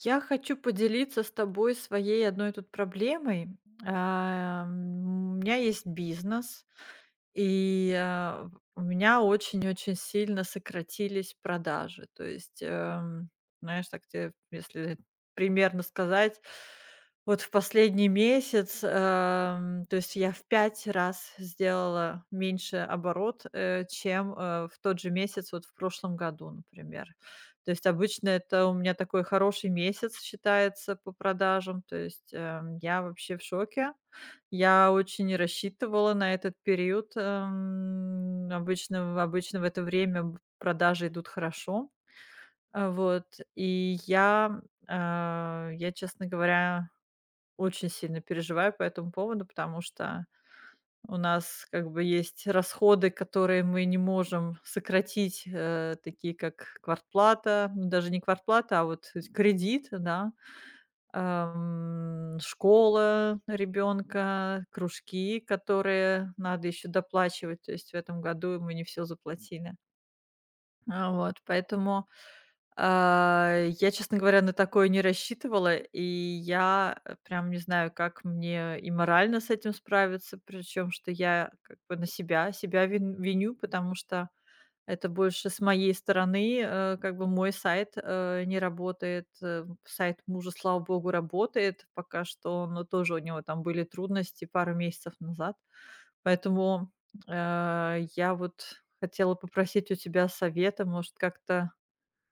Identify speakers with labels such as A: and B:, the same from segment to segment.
A: Я хочу поделиться с тобой своей одной тут проблемой. У меня есть бизнес, и у меня очень-очень сильно сократились продажи. То есть, знаешь, так тебе, если примерно сказать, вот в последний месяц, то есть я в пять раз сделала меньше оборот, чем в тот же месяц вот в прошлом году, например. То есть обычно это у меня такой хороший месяц считается по продажам. То есть, я вообще в шоке. Я очень не рассчитывала на этот период. Обычно в это время б продажи идут хорошо. А, вот. И я, честно говоря, очень сильно переживаю по этому поводу, потому что у нас как бы есть расходы, которые мы не можем сократить, такие как квартплата, ну, даже не квартплата, а вот эти кредит, да, школа ребенка, кружки, которые надо еще доплачивать. То есть в этом году мы не все заплатили. Поэтому а, я, честно говоря, на такое не рассчитывала, и я, прям не знаю, как мне и морально с этим справиться, причем, что я как бы на себя виню, потому что это больше с моей стороны, как бы мой сайт, не работает. Э, сайт мужа, слава богу, работает пока что, но тоже у него там были трудности пару месяцев назад. Поэтому, я вот хотела попросить у тебя совета, может, как-то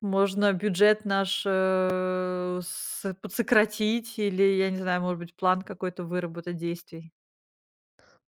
A: можно бюджет наш, э, с подсократить или, я не знаю, может быть, план какой-то выработать действий.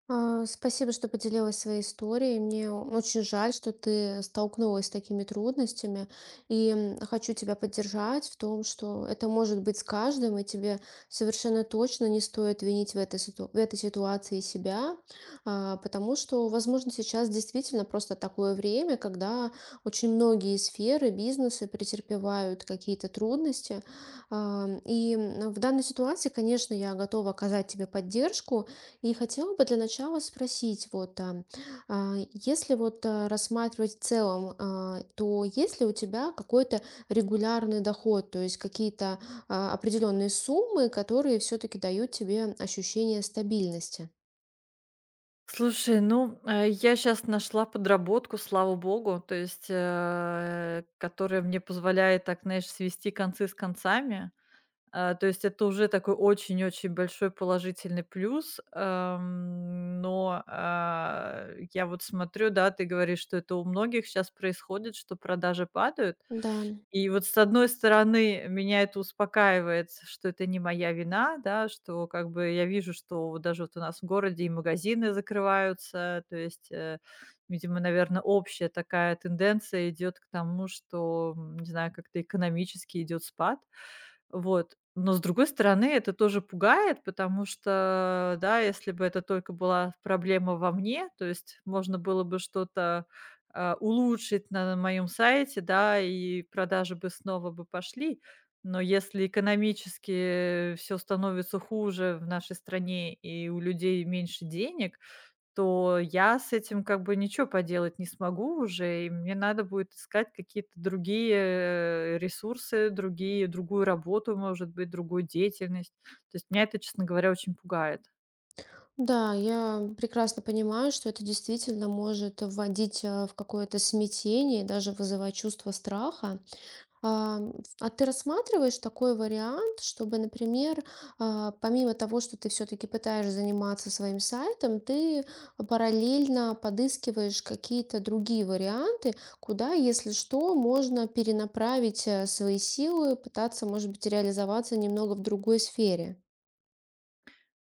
B: Спасибо, что поделилась своей историей. Мне очень жаль, что ты столкнулась с такими трудностями. И хочу тебя поддержать в том, что это может быть с каждым, и тебе совершенно точно не стоит винить в этой ситуации себя, потому что, возможно, сейчас действительно просто такое время, когда очень многие сферы бизнесы претерпевают какие-то трудности. И в данной ситуации, конечно, я готова оказать тебе поддержку, и хотела бы для начала спросить, вот, если вот рассматривать в целом, то есть ли у тебя какой-то регулярный доход, то есть какие-то определенные суммы, которые все-таки дают тебе ощущение стабильности?
A: Слушай, ну, я сейчас нашла подработку, слава богу, то есть, которая мне позволяет так, знаешь, свести концы с концами. Э, то есть это уже такой очень-очень большой положительный плюс. Но, я вот смотрю, да, ты говоришь, что это у многих сейчас происходит, что продажи падают.
B: Да.
A: И вот с одной стороны, меня это успокаивает, что это не моя вина, да, что как бы я вижу, что вот даже вот у нас в городе и магазины закрываются, то есть, видимо, наверное, общая такая тенденция идет к тому, что, не знаю, как-то экономически идет спад. Вот. Но с другой стороны, это тоже пугает, потому что, да, если бы это только была проблема во мне, то есть можно было бы что-то улучшить на моем сайте, да, и продажи бы снова бы пошли. Но если экономически все становится хуже в нашей стране и у людей меньше денег, то я с этим как бы ничего поделать не смогу уже, и мне надо будет искать какие-то другие ресурсы, другие другую работу, может быть, другую деятельность. То есть меня это, честно говоря, очень пугает.
B: Да, я прекрасно понимаю, что это действительно может вводить в какое-то смятение, даже вызывать чувство страха. Ам, а ты рассматриваешь такой вариант, чтобы, например, помимо того, что ты все-таки пытаешься заниматься своим сайтом, ты параллельно подыскиваешь какие-то другие варианты, куда, если что, можно перенаправить свои силы, пытаться, может быть, реализоваться немного в другой сфере.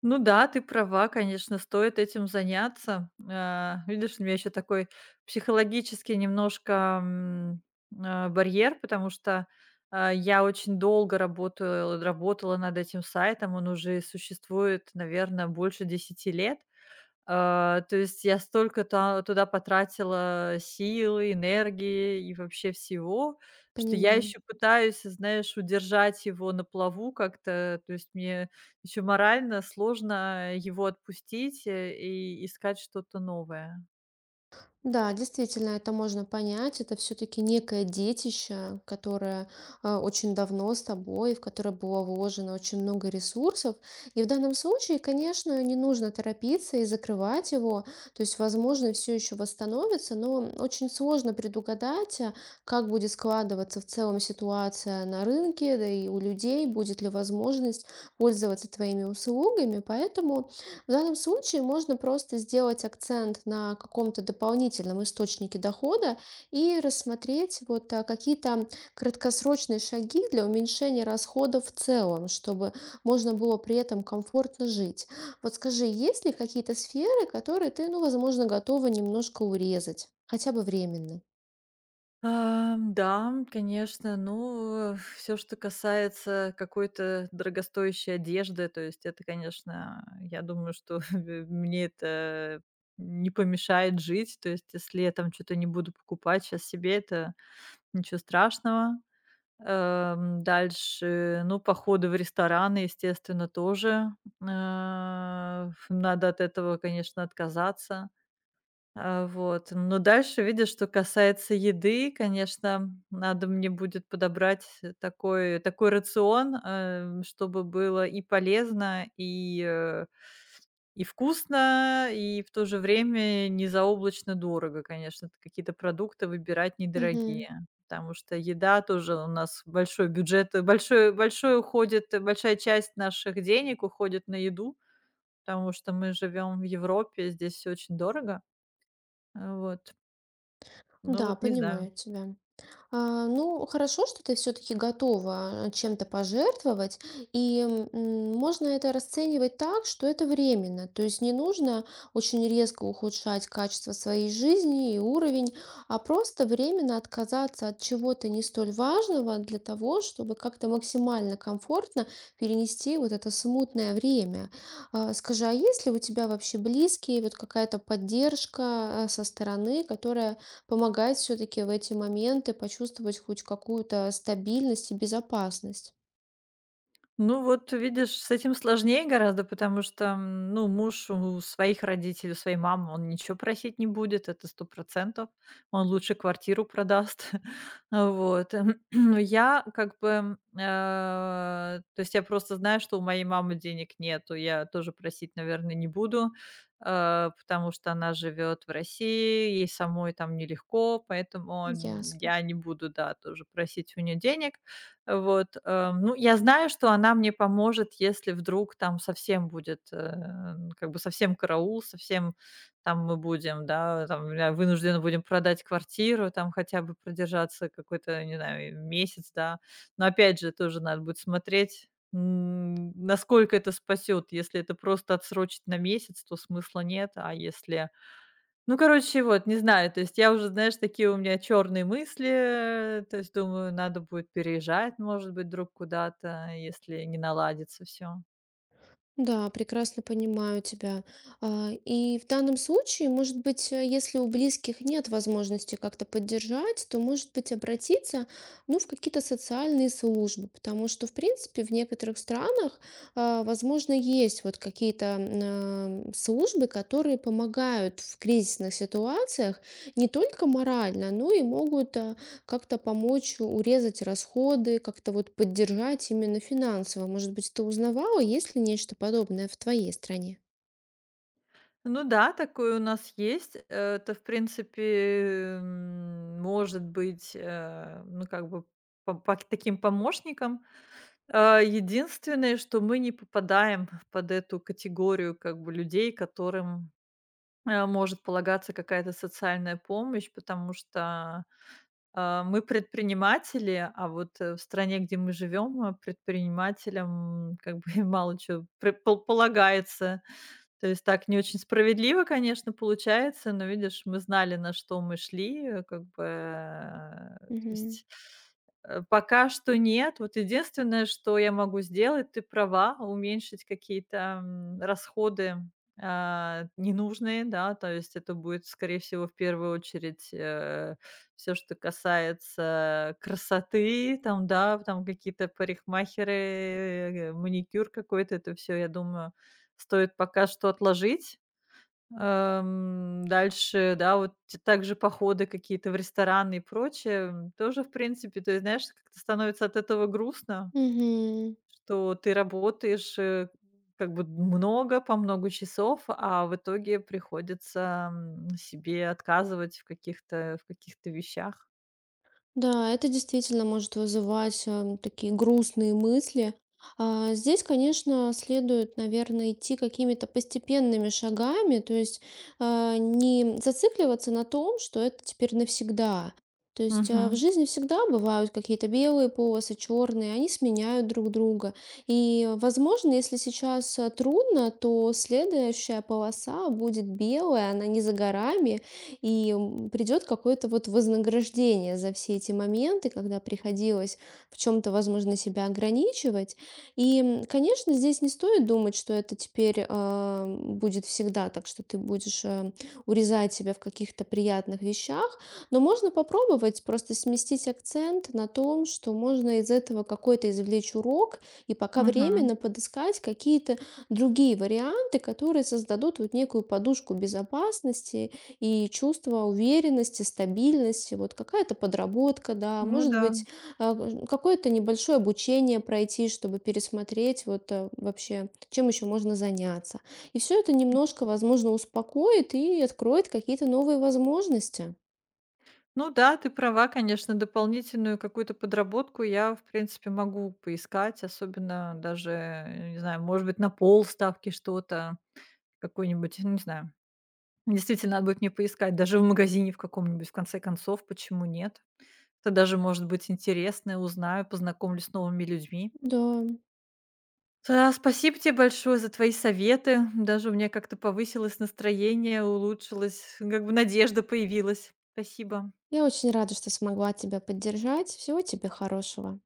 A: Ну да, ты права, конечно, стоит этим заняться. Э, видишь, у меня еще такой психологический немножко барьер, потому что я очень долго работала над этим сайтом, он уже существует, наверное, больше 10 лет. А, то есть я столько та туда потратила силы, энергии и вообще всего, что я
B: Понимаю.
A: еще пытаюсь, знаешь, удержать его на плаву как-то. То есть мне еще морально сложно его отпустить, и искать что-то новое.
B: Да, действительно, это можно понять. Это все-таки некое детище, которое очень давно с тобой, в которое было вложено очень много ресурсов. И в данном случае, конечно, не нужно торопиться и закрывать его. То есть, возможно, все еще восстановится, но очень сложно предугадать, как будет складываться в целом ситуация на рынке, да и у людей, будет ли возможность пользоваться твоими услугами. Поэтому в данном случае можно просто сделать акцент на каком-то дополнительном источнике дохода и рассмотреть вот какие-то краткосрочные шаги для уменьшения расходов в целом, чтобы можно было при этом комфортно жить. Вот скажи, есть ли какие-то сферы, которые ты, ну, возможно, готова немножко урезать, хотя бы временно?
A: Ам, да, конечно. Ну, все, что касается какой-то дорогостоящей одежды, то есть это, конечно, я думаю, что мне это не помешает жить. То есть если я там что то не буду покупать сейчас себе, это ничего страшного. Дальше, ну, походы в рестораны, естественно, тоже, э, надо от этого, конечно, отказаться. А, вот, но дальше, видишь, что касается еды, конечно, надо мне будет подобрать такой рацион, чтобы было и полезно, и, и вкусно, и в то же время не заоблачно дорого, конечно. Т Какие-то продукты выбирать
B: Мгм.
A: недорогие, потому что еда тоже у нас большой бюджет, большой уходит, большая часть наших денег уходит на еду, потому что мы живем в Европе, здесь все очень дорого. А, вот. Ну
B: Да,
A: вот не знаю.
B: понимаю тебя. Ну, хорошо, что ты все-таки готова чем-то пожертвовать, и можно это расценивать так, что это временно, то есть не нужно очень резко ухудшать качество своей жизни и уровень, а просто временно отказаться от чего-то не столь важного для того, чтобы как-то максимально комфортно перенести вот это смутное время. Скажи, а есть ли у тебя вообще близкие, вот какая-то поддержка со стороны, которая помогает все-таки в эти моменты почувствовать хоть какую-то стабильность и безопасность.
A: Ну вот видишь, с этим сложнее гораздо, потому что, ну, муж у своих родителей, у своей мамы, он ничего просить не будет, это сто процентов. Он лучше квартиру продаст. Вот. Но я как бы, то есть я просто знаю, что у моей мамы денег нету, я тоже просить, наверное, не буду, потому что она живет в России, ей самой там нелегко, поэтому,
B: Ясно.
A: я не буду, да, тоже просить у нее денег. Вот, ну, я знаю, что она мне поможет, если вдруг там совсем будет, как бы совсем караул, совсем там мы будем, да, там ля вынуждены будем продать квартиру, там хотя бы продержаться какой-то, не знаю, месяц, да. Но опять же, тоже надо будет смотреть, насколько это спасет. Если это просто отсрочить на месяц, то смысла нет, а если ну, короче, вот, не знаю, то есть я уже, знаешь, такие у меня черные мысли, то есть думаю, надо будет переезжать, может быть, вдруг куда-то, если не наладится все.
B: Да, прекрасно понимаю тебя. И в данном случае, может быть, если у близких нет возможности как-то поддержать, то, может быть, обратиться, ну, в какие-то социальные службы, потому что, в принципе, в некоторых странах, возможно, есть вот какие-то службы, которые помогают в кризисных ситуациях не только морально, но и могут как-то помочь урезать расходы, как-то вот поддержать именно финансово. Может быть, ты узнавала, есть ли нечто подобное в твоей стране?
A: Ну да, такое у нас есть. Это, в принципе, может быть, ну, как бы по пак таким помощником. А, единственное, что мы не попадаем под эту категорию, как бы, людей, которым, может полагаться какая-то социальная помощь, потому что мы предприниматели, а вот, в стране, где мы живем, предпринимателям как бы мало чего полагается. То есть так не очень справедливо, конечно, получается, но, видишь, мы знали, на что мы шли, как бы, то
B: Мгм.
A: есть, пока что нет. Вот единственное, что я могу сделать, ты права, уменьшить какие-то, расходы, ненужные, да, то есть это будет, скорее всего, в первую очередь, все, что касается красоты, там, да, там какие-то парикмахеры, маникюр какой-то, это все, я думаю, стоит пока что отложить. Дальше, да, вот т также походы какие-то в рестораны и прочее тоже, в принципе, то есть, знаешь, как-то становится от этого грустно,
B: Мгм.
A: что ты работаешь, как бы много, по много часов, а в итоге приходится, себе отказывать в каких-то вещах.
B: Да, это действительно может вызывать такие грустные мысли. Здесь, конечно, следует, наверное, идти какими-то постепенными шагами, то есть, не зацикливаться на том, что это теперь навсегда. То есть, в жизни всегда бывают какие-то белые полосы, черные, они сменяют друг друга. И, возможно, если сейчас, трудно, то следующая полоса будет белая, она не за горами, и придет какое-то вот вознаграждение за все эти моменты, когда приходилось в чем-то, возможно, себя ограничивать. И, конечно, здесь не стоит думать, что это теперь будет всегда так, что ты будешь урезать себя в каких-то приятных вещах, но можно попробовать просто сместить акцент на том, что можно из этого какой-то извлечь урок и пока
A: Мгм.
B: временно подыскать какие-то другие варианты, которые создадут вот некую подушку безопасности и чувство уверенности, стабильности, вот какая-то подработка, да,
A: Ну
B: может
A: да.
B: быть, какое-то небольшое обучение пройти, чтобы пересмотреть вот вообще, чем еще можно заняться. И все это немножко, возможно, успокоит и откроет какие-то новые возможности.
A: Ну да, ты права, конечно, дополнительную какую-то подработку я, в принципе, могу поискать, особенно даже, не знаю, может быть, на полставки что-то, какой-нибудь, ну, не знаю. Действительно, надо будет мне поискать, даже в магазине в каком-нибудь, в конце концов, почему нет? Это даже может быть интересно, узнаю, познакомлюсь с новыми людьми.
B: Да,
A: Да, спасибо тебе большое за твои советы. Даже у меня как-то повысилось настроение, улучшилось, как бы надежда появилась. Спасибо.
B: я очень рада, что смогла тебя поддержать. Всего тебе хорошего.